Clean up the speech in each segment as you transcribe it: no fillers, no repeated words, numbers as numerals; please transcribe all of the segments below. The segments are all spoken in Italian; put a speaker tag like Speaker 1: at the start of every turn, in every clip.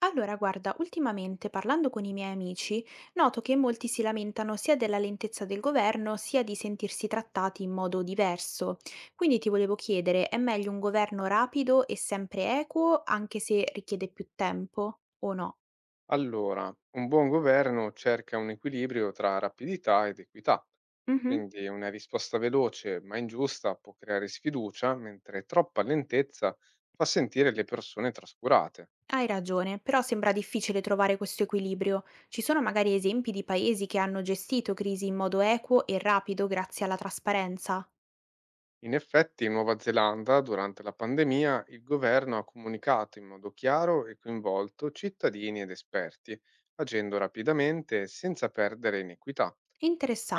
Speaker 1: Allora, guarda, ultimamente parlando con i miei amici, noto che molti si lamentano sia della lentezza del governo, sia di sentirsi trattati in modo diverso. Quindi ti volevo chiedere, è meglio un governo rapido e sempre equo, anche se richiede più tempo, o no?
Speaker 2: Allora, un buon governo cerca un equilibrio tra rapidità ed equità,
Speaker 1: Mhm.
Speaker 2: quindi una risposta veloce ma ingiusta può creare sfiducia, mentre troppa lentezza fa sentire le persone trascurate.
Speaker 1: Hai ragione, però sembra difficile trovare questo equilibrio. Ci sono magari esempi di paesi che hanno gestito crisi in modo equo e rapido grazie alla trasparenza?
Speaker 2: In effetti, in Nuova Zelanda, durante la pandemia, il governo ha comunicato in modo chiaro e coinvolto cittadini ed esperti, agendo rapidamente e senza perdere in equità.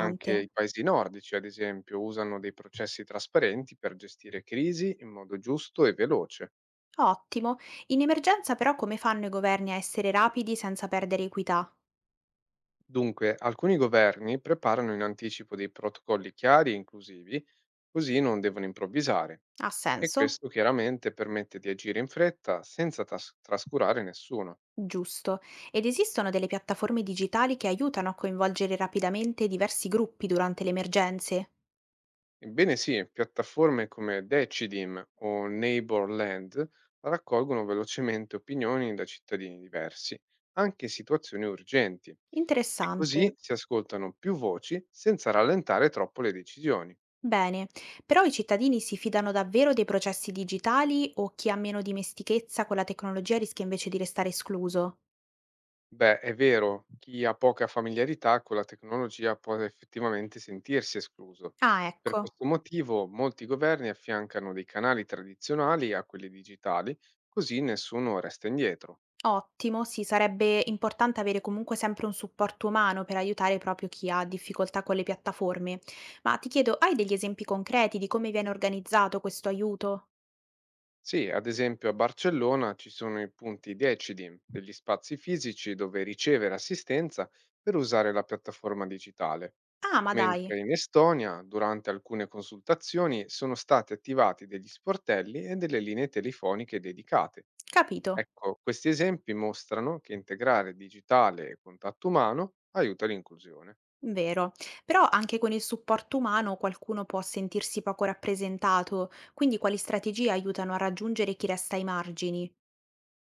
Speaker 2: Anche i paesi nordici, ad esempio, usano dei processi trasparenti per gestire crisi in modo giusto e veloce.
Speaker 1: Ottimo. In emergenza però come fanno i governi a essere rapidi senza perdere equità?
Speaker 2: Dunque, alcuni governi preparano in anticipo dei protocolli chiari e inclusivi, così non devono improvvisare.
Speaker 1: Ha
Speaker 2: E
Speaker 1: senso?
Speaker 2: questo chiaramente permette di agire in fretta senza trascurare nessuno.
Speaker 1: Giusto. Ed esistono delle piattaforme digitali che aiutano a coinvolgere rapidamente diversi gruppi durante le emergenze?
Speaker 2: Ebbene sì, piattaforme come Decidim o Neighborland raccolgono velocemente opinioni da cittadini diversi, anche in situazioni urgenti. E
Speaker 1: Interessante.
Speaker 2: così si ascoltano più voci senza rallentare troppo le decisioni.
Speaker 1: Bene, però i cittadini si fidano davvero dei processi digitali o chi ha meno dimestichezza con la tecnologia rischia invece di restare escluso?
Speaker 2: Beh, è vero, chi ha poca familiarità con la tecnologia può effettivamente sentirsi escluso.
Speaker 1: Ah,
Speaker 2: Per
Speaker 1: ecco.
Speaker 2: questo motivo molti governi affiancano dei canali tradizionali a quelli digitali, così nessuno resta indietro.
Speaker 1: Ottimo, sì, sarebbe importante avere comunque sempre un supporto umano per aiutare proprio chi ha difficoltà con le piattaforme. Ma ti chiedo, hai degli esempi concreti di come viene organizzato questo aiuto?
Speaker 2: Sì, ad esempio a Barcellona ci sono i punti Decidim, degli spazi fisici dove ricevere assistenza per usare la piattaforma digitale,
Speaker 1: Ah, ma dai,
Speaker 2: mentre in Estonia, durante alcune consultazioni, sono stati attivati degli sportelli e delle linee telefoniche dedicate.
Speaker 1: capito,
Speaker 2: Ecco, questi esempi mostrano che integrare digitale e contatto umano aiuta l'inclusione.
Speaker 1: vero. Però anche con il supporto umano qualcuno può sentirsi poco rappresentato, quindi quali strategie aiutano a raggiungere chi resta ai margini?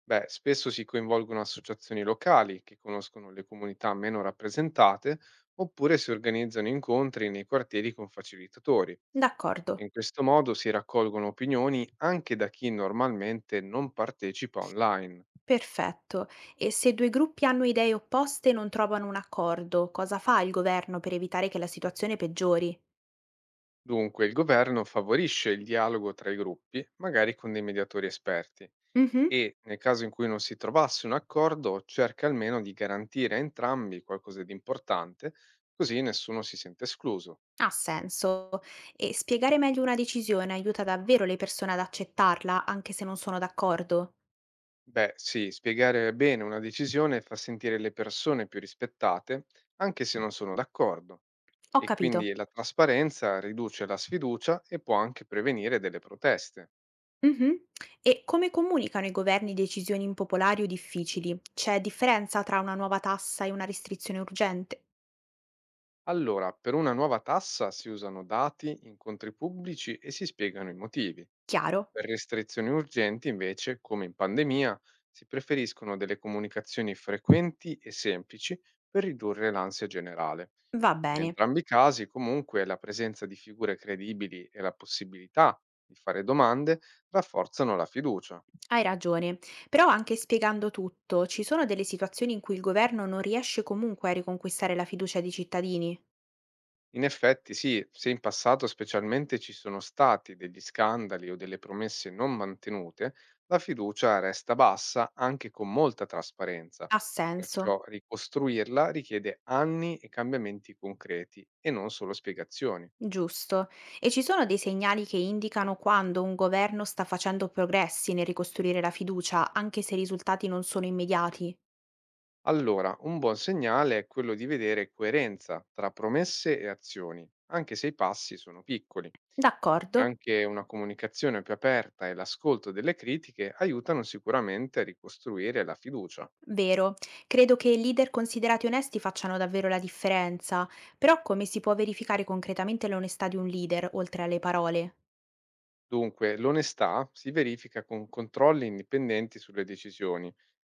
Speaker 2: Beh, spesso si coinvolgono associazioni locali che conoscono le comunità meno rappresentate oppure si organizzano incontri nei quartieri con facilitatori. E
Speaker 1: D'accordo.
Speaker 2: in questo modo si raccolgono opinioni anche da chi normalmente non partecipa online.
Speaker 1: Perfetto. E se due gruppi hanno idee opposte e non trovano un accordo, cosa fa il governo per evitare che la situazione peggiori?
Speaker 2: Dunque, il governo favorisce il dialogo tra i gruppi, magari con dei mediatori esperti,
Speaker 1: Mhm.
Speaker 2: e nel caso in cui non si trovasse un accordo, cerca almeno di garantire a entrambi qualcosa di importante, così nessuno si sente escluso.
Speaker 1: Ha senso. E spiegare meglio una decisione aiuta davvero le persone ad accettarla, anche se non sono d'accordo?
Speaker 2: Beh, sì, spiegare bene una decisione fa sentire le persone più rispettate, anche se non sono d'accordo,
Speaker 1: Ho
Speaker 2: e
Speaker 1: capito.
Speaker 2: quindi la trasparenza riduce la sfiducia e può anche prevenire delle proteste.
Speaker 1: Mhm. E come comunicano i governi decisioni impopolari o difficili? C'è differenza tra una nuova tassa e una restrizione urgente?
Speaker 2: Allora, per una nuova tassa si usano dati, incontri pubblici e si spiegano i motivi.
Speaker 1: Chiaro?
Speaker 2: Per restrizioni urgenti, invece, come in pandemia, si preferiscono delle comunicazioni frequenti e semplici per ridurre l'ansia generale.
Speaker 1: Va
Speaker 2: In
Speaker 1: bene.
Speaker 2: entrambi i casi, comunque, la presenza di figure credibili e la possibilità di fare domande rafforzano la fiducia.
Speaker 1: Hai ragione, però anche spiegando tutto, ci sono delle situazioni in cui il governo non riesce comunque a riconquistare la fiducia dei cittadini?
Speaker 2: In effetti, sì, se in passato specialmente ci sono stati degli scandali o delle promesse non mantenute, la fiducia resta bassa anche con molta trasparenza.
Speaker 1: Ha senso,
Speaker 2: Perciò ricostruirla richiede anni e cambiamenti concreti e non solo spiegazioni.
Speaker 1: giusto. E ci sono dei segnali che indicano quando un governo sta facendo progressi nel ricostruire la fiducia, anche se i risultati non sono immediati?
Speaker 2: Allora, un buon segnale è quello di vedere coerenza tra promesse e azioni, anche se i passi sono piccoli.
Speaker 1: D'accordo.
Speaker 2: Anche una comunicazione più aperta e l'ascolto delle critiche aiutano sicuramente a ricostruire la fiducia.
Speaker 1: Vero, credo che i leader considerati onesti facciano davvero la differenza, però come si può verificare concretamente l'onestà di un leader oltre alle parole?
Speaker 2: Dunque, l'onestà si verifica con controlli indipendenti sulle decisioni,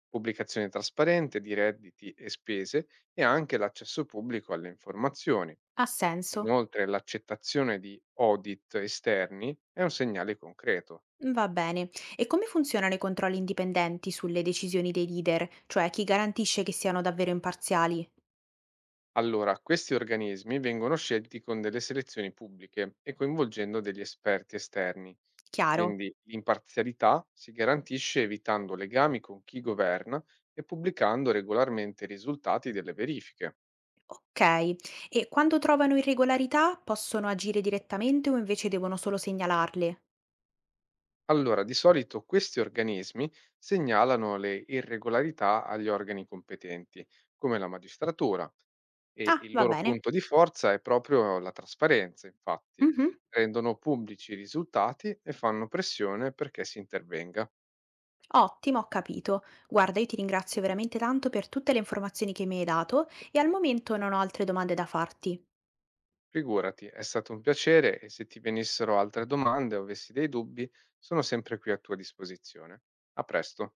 Speaker 2: pubblicazione trasparente di redditi e spese e anche l'accesso pubblico alle informazioni.
Speaker 1: Ha senso.
Speaker 2: Inoltre, l'accettazione di audit esterni è un segnale concreto.
Speaker 1: Va bene. E come funzionano i controlli indipendenti sulle decisioni dei leader? Cioè chi garantisce che siano davvero imparziali?
Speaker 2: Allora, questi organismi vengono scelti con delle selezioni pubbliche e coinvolgendo degli esperti esterni,
Speaker 1: Chiaro?
Speaker 2: quindi l'imparzialità si garantisce evitando legami con chi governa e pubblicando regolarmente i risultati delle verifiche.
Speaker 1: Ok. E quando trovano irregolarità possono agire direttamente o invece devono solo segnalarle?
Speaker 2: Allora, di solito questi organismi segnalano le irregolarità agli organi competenti, come la magistratura, e
Speaker 1: Ah,
Speaker 2: il
Speaker 1: va
Speaker 2: loro
Speaker 1: bene.
Speaker 2: punto di forza è proprio la trasparenza, infatti.
Speaker 1: Mhm.
Speaker 2: Rendono pubblici i risultati e fanno pressione perché si intervenga.
Speaker 1: Ottimo, ho capito. Guarda, io ti ringrazio veramente tanto per tutte le informazioni che mi hai dato e al momento non ho altre domande da farti.
Speaker 2: Figurati, è stato un piacere e se ti venissero altre domande o avessi dei dubbi, sono sempre qui a tua disposizione. A presto.